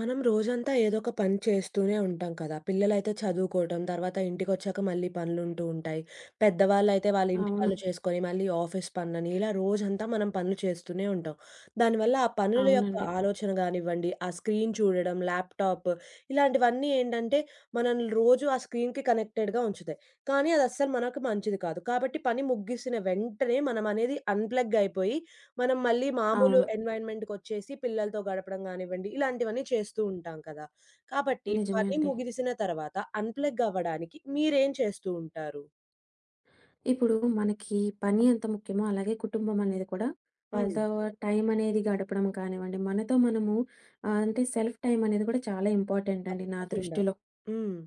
మనం రోజంతా ఏదో ఒక పని చేస్తూనే ఉంటాం కదా! పిల్లలైతే చదువుకోవటం, తర్వాత ఇంటికొచ్చాక మళ్ళీ పనులుంటూ ఉంటాయి. పెద్దవాళ్ళైతే వాళ్ళ ఇంటి అవును. పనులు చేసుకొని, మళ్ళీ ఆఫీస్ పనులని ఇలా రోజంతా మనం పనులు చేస్తూనే ఉంటాం. దానివల్ల ఆ పనుల యొక్క అవునండి. ఆలోచన గానివ్వండి, ఆ స్క్రీన్ చూడడం, ల్యాప్‌టాప్ ఇలాంటివన్నీ ఏంటంటే, మనల్ని రోజు ఆ స్క్రీన్‌కి కనెక్టెడ్‌గా ఉంచుతాయి. కానీ అది అస్సలు మనకు మంచిది కాదు. కాబట్టి పని ముగిసిన వెంటనే మనం అనేది అన్‌ప్లగ్ అయిపోయి మనం మళ్ళీ మామూలు అవును. ఎన్విరాన్మెంట్‌కొచ్చేసి పిల్లలతో గడపడం గానివ్వండి, ఇలాంటివన్నీ చేస్తూ ఉంటాం కదా! కాబట్టి నిజమే పని అండి. ముగిసిన తర్వాత అన్‌ప్లగ్ అవ్వడానికి మీరేం చేస్తూ ఉంటారు? ఇప్పుడు మనకి పని ఎంత ముఖ్యమో, అలాగే కుటుంబం అనేది కూడా హ్మ్. వాళ్ళతో టైం అనేది గడపడం కానివ్వండి, మనతో మనము అంటే సెల్ఫ్ టైమ్ అనేది కూడా చాలా ఇంపార్టెంట్ అండి నా తప్పకుండా. దృష్టిలో. హ్మ్.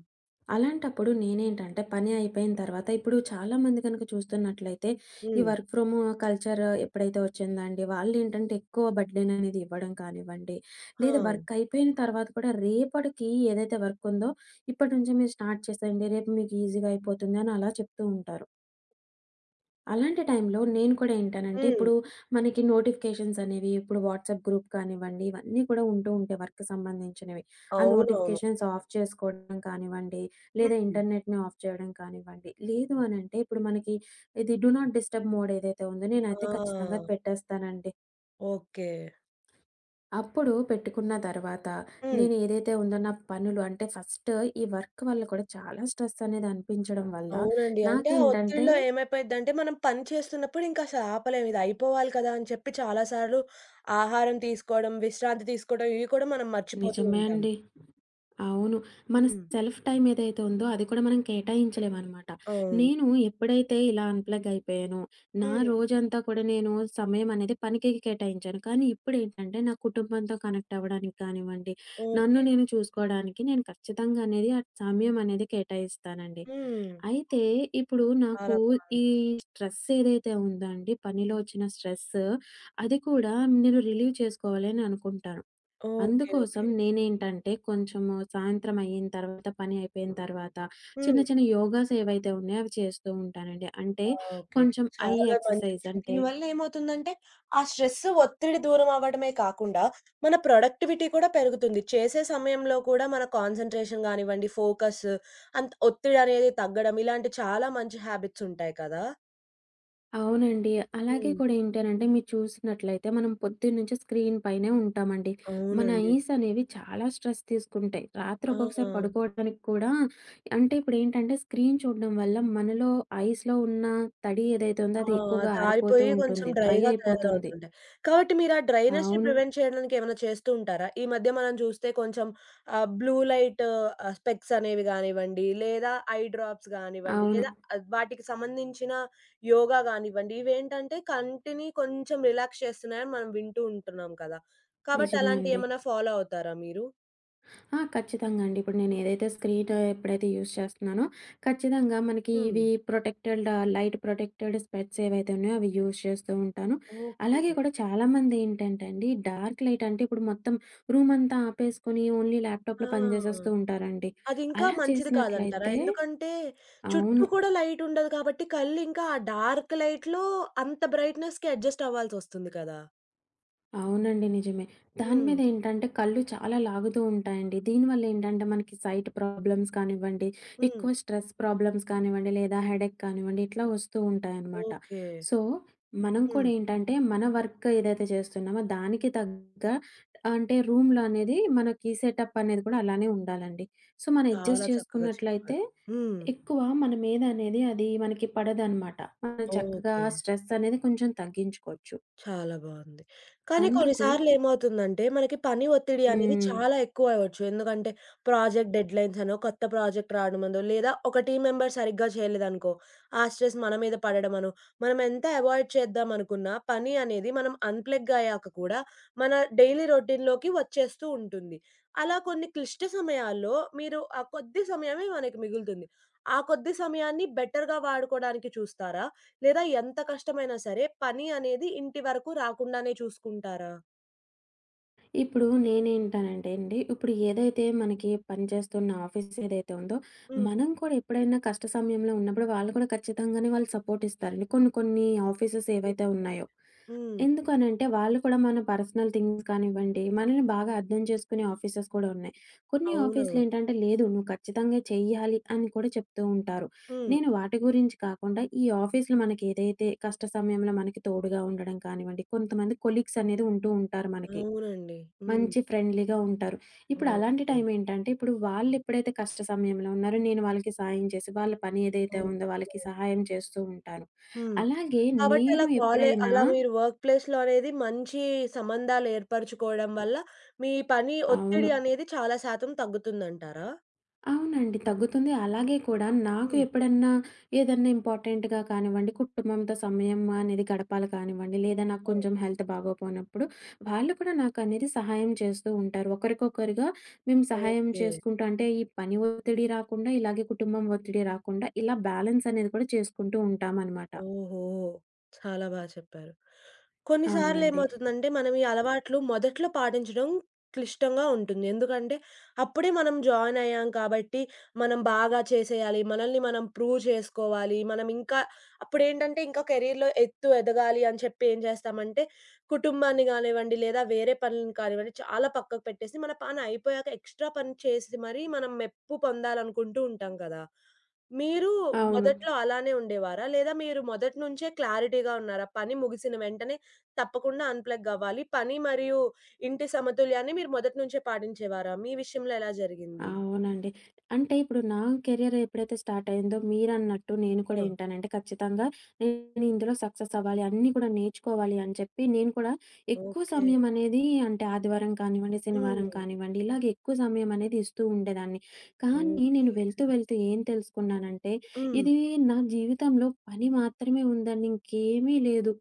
అలాంటప్పుడు నేనేంటంటే, పని అయిపోయిన తర్వాత ఇప్పుడు చాలామంది గనక చూస్తున్నట్లయితే, ఈ హ్మ్. వర్క్ ఫ్రమ్ కల్చర్ ఎప్పుడైతే వచ్చిందండి, వాళ్ళేంటంటే ఎక్కువ బర్డెన్ అనేది ఇవ్వడం కానివ్వండి, ఆ! లేదా వర్క్ అయిపోయిన తర్వాత కూడా రేపటికి ఏదైతే వర్క్ ఉందో, ఇప్పటి నుంచే మీరు స్టార్ట్ చేసేయండి. రేపు మీకు ఈజీగా అయిపోతుంది అని అలా చెప్తూ ఉంటారు. అలాంటి టైంలో నేను కూడా ఏంటనంటే, హ్మ్. ఇప్పుడు మనకి నోటిఫికేషన్స్ అనేవి ఇప్పుడు వాట్సాప్ గ్రూప్ కానివ్వండి, ఇవన్నీ కూడా ఉంటూ ఉంటాయి వర్క్‌కి సంబంధించినవి. ఆ అవునవును. నోటిఫికేషన్స్ ఆఫ్ చేసుకోవడం కానివ్వండి, లేదా హ్మ్. ఇంటర్నెట్‌ని ఆఫ్ చేయడం కానివ్వండి, లేదు అనంటే ఇప్పుడు మనకి ఇది డు నాట్ డిస్టర్బ్ మోడ్ ఏదైతే ఉందో నేనైతే ఖచ్చితంగా ఆ! పెట్టేస్తానండి. ఓకే. అప్పుడు పెట్టుకున్న తర్వాత హ్మ్. నేను ఏదైతే ఉందో నా పనులు అంటే ఫస్ట్ ఈ వర్క్ వల్ల కూడా చాలా స్ట్రెస్ అనేది అనిపించడం వల్ల అవునండి. అంటే ఆ నాకేంటంటే ఒత్తిడిలో ఏమైపోయిద్దంటే మనం పని చేస్తున్నప్పుడు ఇంకా అసలు ఆపలేం. ఇది అయిపోవాలి కదా! అని చెప్పి చాలా సార్లు ఆహారం తీసుకోవడం, విశ్రాంతి తీసుకోవడం ఇవి కూడా మనం మర్చిపోతూ నిజమే ఉంటాం. అండి. అవును. మన హ్మ్. సెల్ఫ్ టైమ్ ఏదైతే ఉందో అది కూడా మనం కేటాయించలేమనమాట. అవును. నేను ఎప్పుడైతే ఇలా అన్‌ప్లగ్ అయిపోయానో, నా హ్మ్. రోజంతా కూడా నేను సమయం అనేది పనికి కేటాయించాను. కానీ ఇప్పుడేంటంటే నా కుటుంబంతో కనెక్ట్ అవ్వడానికి కానివ్వండి, నన్ను ఓకే. నేను చూసుకోవడానికి నేను ఖచ్చితంగా అనేది ఆ సమయం అనేది కేటాయిస్తానండి. హ్మ్. అయితే ఇప్పుడు నాకు చాలా బావుంది. ఈ స్ట్రెస్ ఏదైతే ఉందో అండి, పనిలో వచ్చిన స్ట్రెస్ అది కూడా నేను రిలీవ్ చేసుకోవాలి అని అనుకుంటాను. ఓకే. అందుకోసం ఓకే. నేనేంటంటే కొంచెము సాయంత్రం అయిన తర్వాత, పని అయిపోయిన తర్వాత చిన్న హ్మ్. చిన్న యోగాస్ ఏవైతే ఉన్నాయో అవి చేస్తూ ఉంటానండి. అంటే ఆ! ఓకే. కొంచెం ఐ చాలా మంచి ఎక్సర్‌సైజ్ విషయం. అంటే దీనివల్ల ఏమవుతుందంటే, ఆ స్ట్రెస్, ఒత్తిడి దూరం అవ్వడమే కాకుండా, మన ప్రొడక్టివిటీ కూడా పెరుగుతుంది. చేసే సమయంలో కూడా మన కాన్సంట్రేషన్ గానివ్వండి, ఫోకస్ అంత్ ఒత్తిడనేది తగ్గడం, ఇలాంటి చాలా మంచి హ్యాబిట్స్ ఉంటాయి కదా! అవునండి. అలాగే హ్మ్. కూడా ఏంటనంటే మీరు చూసినట్లయితే మనం పొద్దున్నుంచి స్క్రీన్ పైనే ఉంటామండి. మన అవునండి. ఐస్ అనేవి చాలా స్ట్రెస్ తీసుకుంటాయి. రాత్రి ఆ! ఒక్కొక్కసారి పడుకోవడానికి కూడా అంటే ఇప్పుడేంటంటే స్క్రీన్ చూడడం వల్ల మనలో ఐస్‌లో ఉన్న తడి ఏదైతే ఉందో ఆ! అది ఎక్కువగా జారిపోయి ఆరిపోతూ హ్మ్. కొంచెం ఉంటుంది. డ్రై డ్రైగా అయిపోతుంది. తయారవుతుంటాయి. కాబట్టి మీరు ఆ డ్రైనెస్‌ని అవును. ప్రివెంట్ చేయడానికి ఏమైనా చేస్తూ ఉంటారా? ఈ మధ్య మనం చూస్తే కొంచెం బ్లూ లైట్ స్పెక్స్ అనేవి గానివ్వండి, లేదా ఐ డ్రాప్స్ గానివ్వండి, అవును. లేదా వాటికి సంబంధించిన యోగా గానివ్వండి, ఇవేంటంటే కంటిని కొంచెం రిలాక్స్ చేస్తున్నాయని మనం వింటూ ఉంటున్నాం కదా! కాబట్టి నిజమే అండి. అలాంటియేమైనా ఫాలో అవుతారా మీరు? ఆ! ఖచ్చితంగా అండి. ఇప్పుడు నేనేదైతే స్క్రీన్ ఎప్పుడైతే యూజ్ చేస్తున్నానో, ఖచ్చితంగా మనకి హ్మ్. ఇవి ప్రొటెక్టెడ్ లైట్ ప్రొటెక్టెడ్ స్పెట్స్ ఏవైతే ఉన్నాయో అవి యూజ్ చేస్తూ ఉంటాను. ఓకే. అలాగే కూడా చాలామంది ఏంటంటే అండి, డార్క్ లైట్ అంటే ఇప్పుడు మొత్తం రూమ్ అంతా ఆపేసుకొని ఓన్లీ ఆ! ల్యాప్‌టాప్‌లో పని చేసేస్తూ ఉంటారండి. అదింకా అలా మంచిది కాదంటారా? చేసినట్లయితే ఎందుకంటే చుట్టూ అవును. కూడా లైట్ ఉండదు కాబట్టి కళ్ళు ఇంకా ఆ డార్క్ లైట్‌లో అంత బ్రైట్‌నెస్‌కి అడ్జస్ట్ అవ్వాల్సొస్తుంది కదా! అవునండి. నిజమే. దాని హ్మ్. మీద ఏంటంటే కళ్ళు చాలా లాగుతూ ఉంటాయండి. దీనివల్ల ఏంటంటే మనకి సైట్ ప్రాబ్లమ్స్ కానివ్వండి, హ్మ్. ఎక్కువ స్ట్రెస్ ప్రాబ్లమ్స్ కానివ్వండి, లేదా హెడేక్ కానివ్వండి, ఇట్లా వస్తూ ఉంటాయన్నమాట. ఓకే. సో, మనం హ్మ్. కూడా ఏంటంటే మన వర్క్ ఏదైతే చేస్తున్నామో దానికి తగ్గ అంటే రూమ్‌లో అనేది మనకి సెటప్ అనేది కూడా అలానే ఉండాలండి. సో, మనం చాలా అడ్జస్ట్ చక్కగా చేసుకున్నట్లయితే చెప్పారు. హ్మ్. ఎక్కువ మన మీద అనేది అది మనకి పడదనమాట. మనం చక్కగా ఓకే. స్ట్రెస్ అనేది కొంచెం తగ్గించుకోవచ్చు. చాలా బావుంది. కానీ కొన్ని అందుకు సార్లేమవుతుందంటే, మనకి పని ఒత్తిడి అనేది హ్మ్. చాలా ఎక్కువవ్వచ్చు. ఎందుకంటే, ప్రాజెక్ట్ డెడ్‌లైన్స్ అనో, కొత్త ప్రాజెక్ట్ రావడమనో, లేదా ఒక టీమ్ మెంబర్ సరిగ్గా చేయలేదనుకో, ఆ స్ట్రెస్ మన మీద పడడమనో, మనం ఎంత అవాయిడ్ చేద్దామనుకున్నా, పని అనేది మనం అన్‌ప్లగ్ అయ్యాక కూడా మన డైలీ రొటీన్‌లోకి వచ్చేస్తూ ఉంటుంది. అలా కొన్ని క్లిష్ట సమయాల్లో మీరు ఆ కొద్ది సమయమే మనకి మిగులుతుంది. ఆ కొద్ది సమయాన్ని బెటర్‌గా వాడుకోడానికి చూస్తారా? లేదా ఎంత కష్టమైనా సరే పని అనేది ఇంటి వరకు రాకుండానే చూసుకుంటారా? ఇప్పుడు నేనేంటానంటే అండి, ఇప్పుడు ఏదైతే మనకి పనిచేస్తున్న ఆఫీస్ ఏదైతే ఉందో, హ్మ్. మనం కూడా ఎప్పుడైనా కష్ట సమయంలో ఉన్నప్పుడు వాళ్ళు కూడా ఖచ్చితంగానే వాళ్ళు సపోర్ట్ ఇస్తారండి. కొన్ని కొన్ని ఆఫీసెస్ ఏవైతే ఉన్నాయో. హ్మ్. ఎందుకనంటే వాళ్ళు కూడా మన పర్సనల్ థింగ్స్ కానివ్వండి, మనల్ని బాగా అర్థం చేసుకునే ఆఫీసెస్ కూడా ఉన్నాయి. కొన్ని అవునవును. ఆఫీస్‌లేంటంటే లేదు నువ్వు ఖచ్చితంగా చెయ్యాలి అని కూడా చెప్తూ ఉంటారు. హ్మ్. నేను వాటి గురించి కాకుండా ఈ ఆఫీస్‌లో మనకి ఏదైతే కష్ట సమయంలో మనకి తోడుగా ఉండడం కానివ్వండి, కొంతమంది కొలీగ్స్ అనేది ఉంటూ ఉంటారు మనకి. అవునండి. హ్మ్. మంచి ఫ్రెండ్లీగా ఉంటారు. ఇప్పుడు అలాంటి ఓకే. టైం ఏంటంటే, ఇప్పుడు వాళ్ళెప్పుడైతే కష్ట సమయంలో ఉన్నారో, నేను వాళ్ళకి సాయం చేసి, వాళ్ళ పని ఏదైతే ఉందో ఓకే. వాళ్ళకి సహాయం చేస్తూ ఉంటాను. హ్మ్. అలాగే కాబట్టి నేను ఎప్పుడైనా అలా మీరు వర్క్ ప్లేస్‌లో అనేది మంచి సంబంధాలు ఏర్పరచుకోవడం వల్ల మీ పని అవును. ఒత్తిడి అనేది చాలా శాతం తగ్గుతుందంటారా? అవునండి. తగ్గుతుంది. అలాగే కూడా నాకు హ్మ్. ఎప్పుడన్నా ఏదన్నా ఇంపార్టెంట్‌గా కానివ్వండి, కుటుంబంతో సమయం అనేది గడపాలి కానివ్వండి, లేదా నాకు ఓహ్! కొంచెం హెల్త్ బాగోపోయినప్పుడు వాళ్ళు కూడా నాకనేది సహాయం చేస్తూ ఉంటారు. ఒకరికొకరుగా మేము సహాయం ఓకే. చేసుకుంటూ అంటే ఈ పని ఒత్తిడి రాకుండా, ఇలాగే కుటుంబం ఒత్తిడి రాకుండా ఇలా బ్యాలెన్స్ అనేది కూడా చేసుకుంటూ ఉంటామనమాట. ఓహో! చాలా బా చెప్పారు. కొన్నిసార్లు అవునండి. ఏమవుతుందంటే, మనం ఈ అలవాట్లు మొదట్లో పాటించడం క్లిష్టంగా ఉంటుంది. ఎందుకంటే, అప్పుడే మనం జాయిన్ అయ్యాం కాబట్టి, మనం బాగా చేసేయాలి, మనల్ని మనం ప్రూవ్ చేసుకోవాలి, మనం ఇంకా అప్పుడేంటంటే, ఇంకా కెరియర్‌లో ఎత్తు ఎదగాలి అని చెప్పి ఏం చేస్తామంటే, కుటుంబాన్ని కానివ్వండి, లేదా వేరే పనులను కానివ్వండి, చాలా పక్కకు పెట్టేసి, మన పని అయిపోయాక ఎక్స్‌ట్రా పని చేసి మరీ మనం మెప్పు పొందాలనుకుంటూ ఉంటాం కదా! మీరు అవును. మొదట్లో అలానే ఉండేవారా? లేదా మీరు మొదటి నుంచే క్లారిటీగా ఉన్నారా? పని ముగిసిన వెంటనే తప్పకుండా అన్‌ప్లగ్ అవ్వాలి. పని మరియు ఇంటి సమతుల్యాన్ని మీరు మొదటి నుంచే పాటించేవారా? మీ విషయంలో ఎలా జరిగింది? అవునండి. అంటే ఇప్పుడు నా కెరియర్ ఎప్పుడైతే స్టార్ట్ అయిందో మీరన్నట్టు నేను కూడా ఆ! ఏంటనంటే ఖచ్చితంగా నేను ఇందులో సక్సెస్ అవ్వాలి, అన్నీ కూడా నేర్చుకోవాలి అని చెప్పి నేను కూడా ఎక్కువ ఓకే. సమయం అనేది అంటే ఆదివారం కానివ్వండి, శనివారం హ్మ్. కానివ్వండి ఇలాగ ఎక్కువ సమయం అనేది ఇస్తూ ఉండేదాన్ని. కానీ ఓకే. నేను వెళ్తూ వెళ్తూ ఏం తెలుసుకున్నానంటే హ్మ్. ఇది నా జీవితంలో పని మాత్రమే ఉందండి ఇంకేమీ లేదు.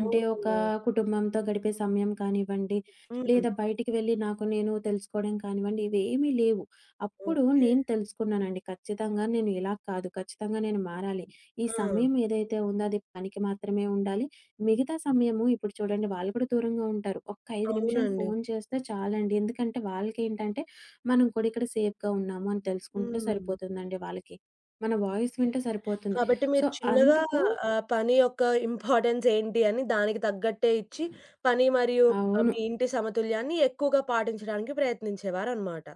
అంటే ఒక కుటుంబంతో గడిపే సమయం కానివ్వండి, హ్మ్. లేదా బయటికి వెళ్లి నాకు నేను తెలుసుకోవడం కానివ్వండి ఇవేమీ లేవు. అప్పుడు ఓకే. నేను తెలుసుకున్నానండి. ఖచ్చితంగా నేను ఇలా కాదు. ఖచ్చితంగా నేను మారాలి. ఈ ఆ! సమయం ఏదైతే ఉందో అది పనికి మాత్రమే ఉండాలి. మిగతా సమయము ఇప్పుడు చూడండి వాళ్ళు కూడా దూరంగా ఉంటారు. ఒక్క 5 నిమిషాలు అవునండి. ఫోను చేస్తే చాలండి. ఎందుకంటే వాళ్ళకేంటంటే మనం కూడా ఇక్కడ సేఫ్‌గా ఉన్నాము అని తెలుసుకుంటే హ్మ్. సరిపోతుందండి వాళ్ళకి. మన వాయిస్ వింటే సరిపోతుంది. కాబట్టి సో, మీరు చిన్నగా అందుకు పని యొక్క ఇంపార్టెన్స్ ఏంటి అని దానికి తగ్గట్టే ఇచ్చి, పని మరియు అవును. మీ ఇంటి సమతుల్యాన్ని ఎక్కువగా పాటించడానికి ప్రయత్నించేవారనమాట.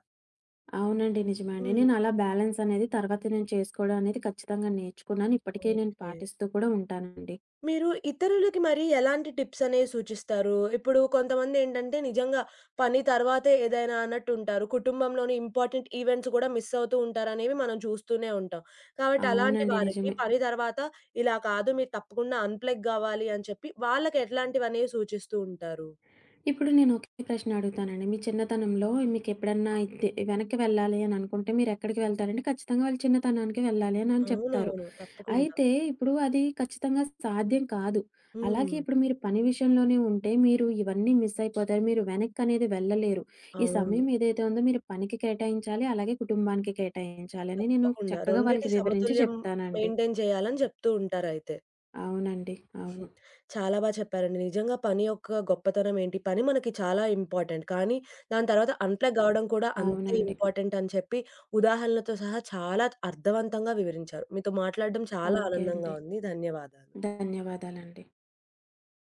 అవునండి. నిజమే అండి. హ్మ్. నేను అలా బ్యాలెన్స్ అనేది తర్వాత నేను చేసుకోవడం అనేది ఖచ్చితంగా నేర్చుకున్నాను. ఇప్పటికే నేను ఓకే. పాటిస్తూ కూడా ఉంటానండి. మీరు ఇతరులకి మరి ఎలాంటి టిప్స్ అనేవి సూచిస్తారు? ఇప్పుడు కొంతమందేంటంటే నిజంగా పని తర్వాతే ఏదైనా అన్నట్టుంటారు. కుటుంబంలోని ఇంపార్టెంట్ ఈవెంట్స్ కూడా మిస్ అవుతూ ఉంటారనేవి మనం చూస్తూనే ఉంటాం. కాబట్టి అలాంటి అవునండి. వారికి నిజమే. పని తర్వాత ఇలా కాదు మీరు తప్పకుండా అన్‌ప్లగ్ అవ్వాలి అని చెప్పి వాళ్ళకి ఎట్లాంటివనేవి సూచిస్తూ ఉంటారు? ఇప్పుడు నేను ఒకే ప్రశ్న అడుగుతానండి. మీ చిన్నతనంలో మీకెప్పుడన్నా వెనక్కి వెళ్ళాలి అని అనుకుంటే మీరెక్కడికి వెళ్తారంటే, ఖచ్చితంగా వాళ్ళ చిన్నతనానికి వెళ్ళాలి అని అని చెప్తారు. అవునవును. తప్పకుండా. అయితే ఇప్పుడు అది ఖచ్చితంగా సాధ్యం కాదు. అలాగే హ్మ్. ఇప్పుడు మీరు పని హ్మ్. విషయంలోనే ఉంటే మీరు ఇవన్నీ మిస్ అయిపోతారు. మీరు వెనక్కనేది వెళ్ళలేరు. ఈ అవును. సమయం ఏదైతే ఉందో మీరు పనికి కేటాయించాలి. అలాగే కుటుంబానికి కేటాయించాలి అని నేను తప్పకుండా. చక్కగా రెండిటి వాళ్ళకి వివరించి సమతుల్యం చెప్తానండి. మెయింటైన్ చేయాలని చెప్తూ ఉంటారయితే. అవునండి. అవును. చాలా బా చెప్పారండి. నిజంగా పని యొక్క గొప్పతనం ఏంటి, పని మనకి చాలా ఇంపార్టెంట్. కానీ దాని తర్వాత అన్‌ప్లగ్ అవ్వడం కూడా అంతే అవునండి. ఇంపార్టెంట్ అని చెప్పి ఉదాహరణలతో సహా చాలా అర్థవంతంగా వివరించారు. మీతో మాట్లాడడం చాలా ఓకే ఆనందంగా అండి. ఉంది. ధన్యవాదాలు. ధన్యవాదాలండి.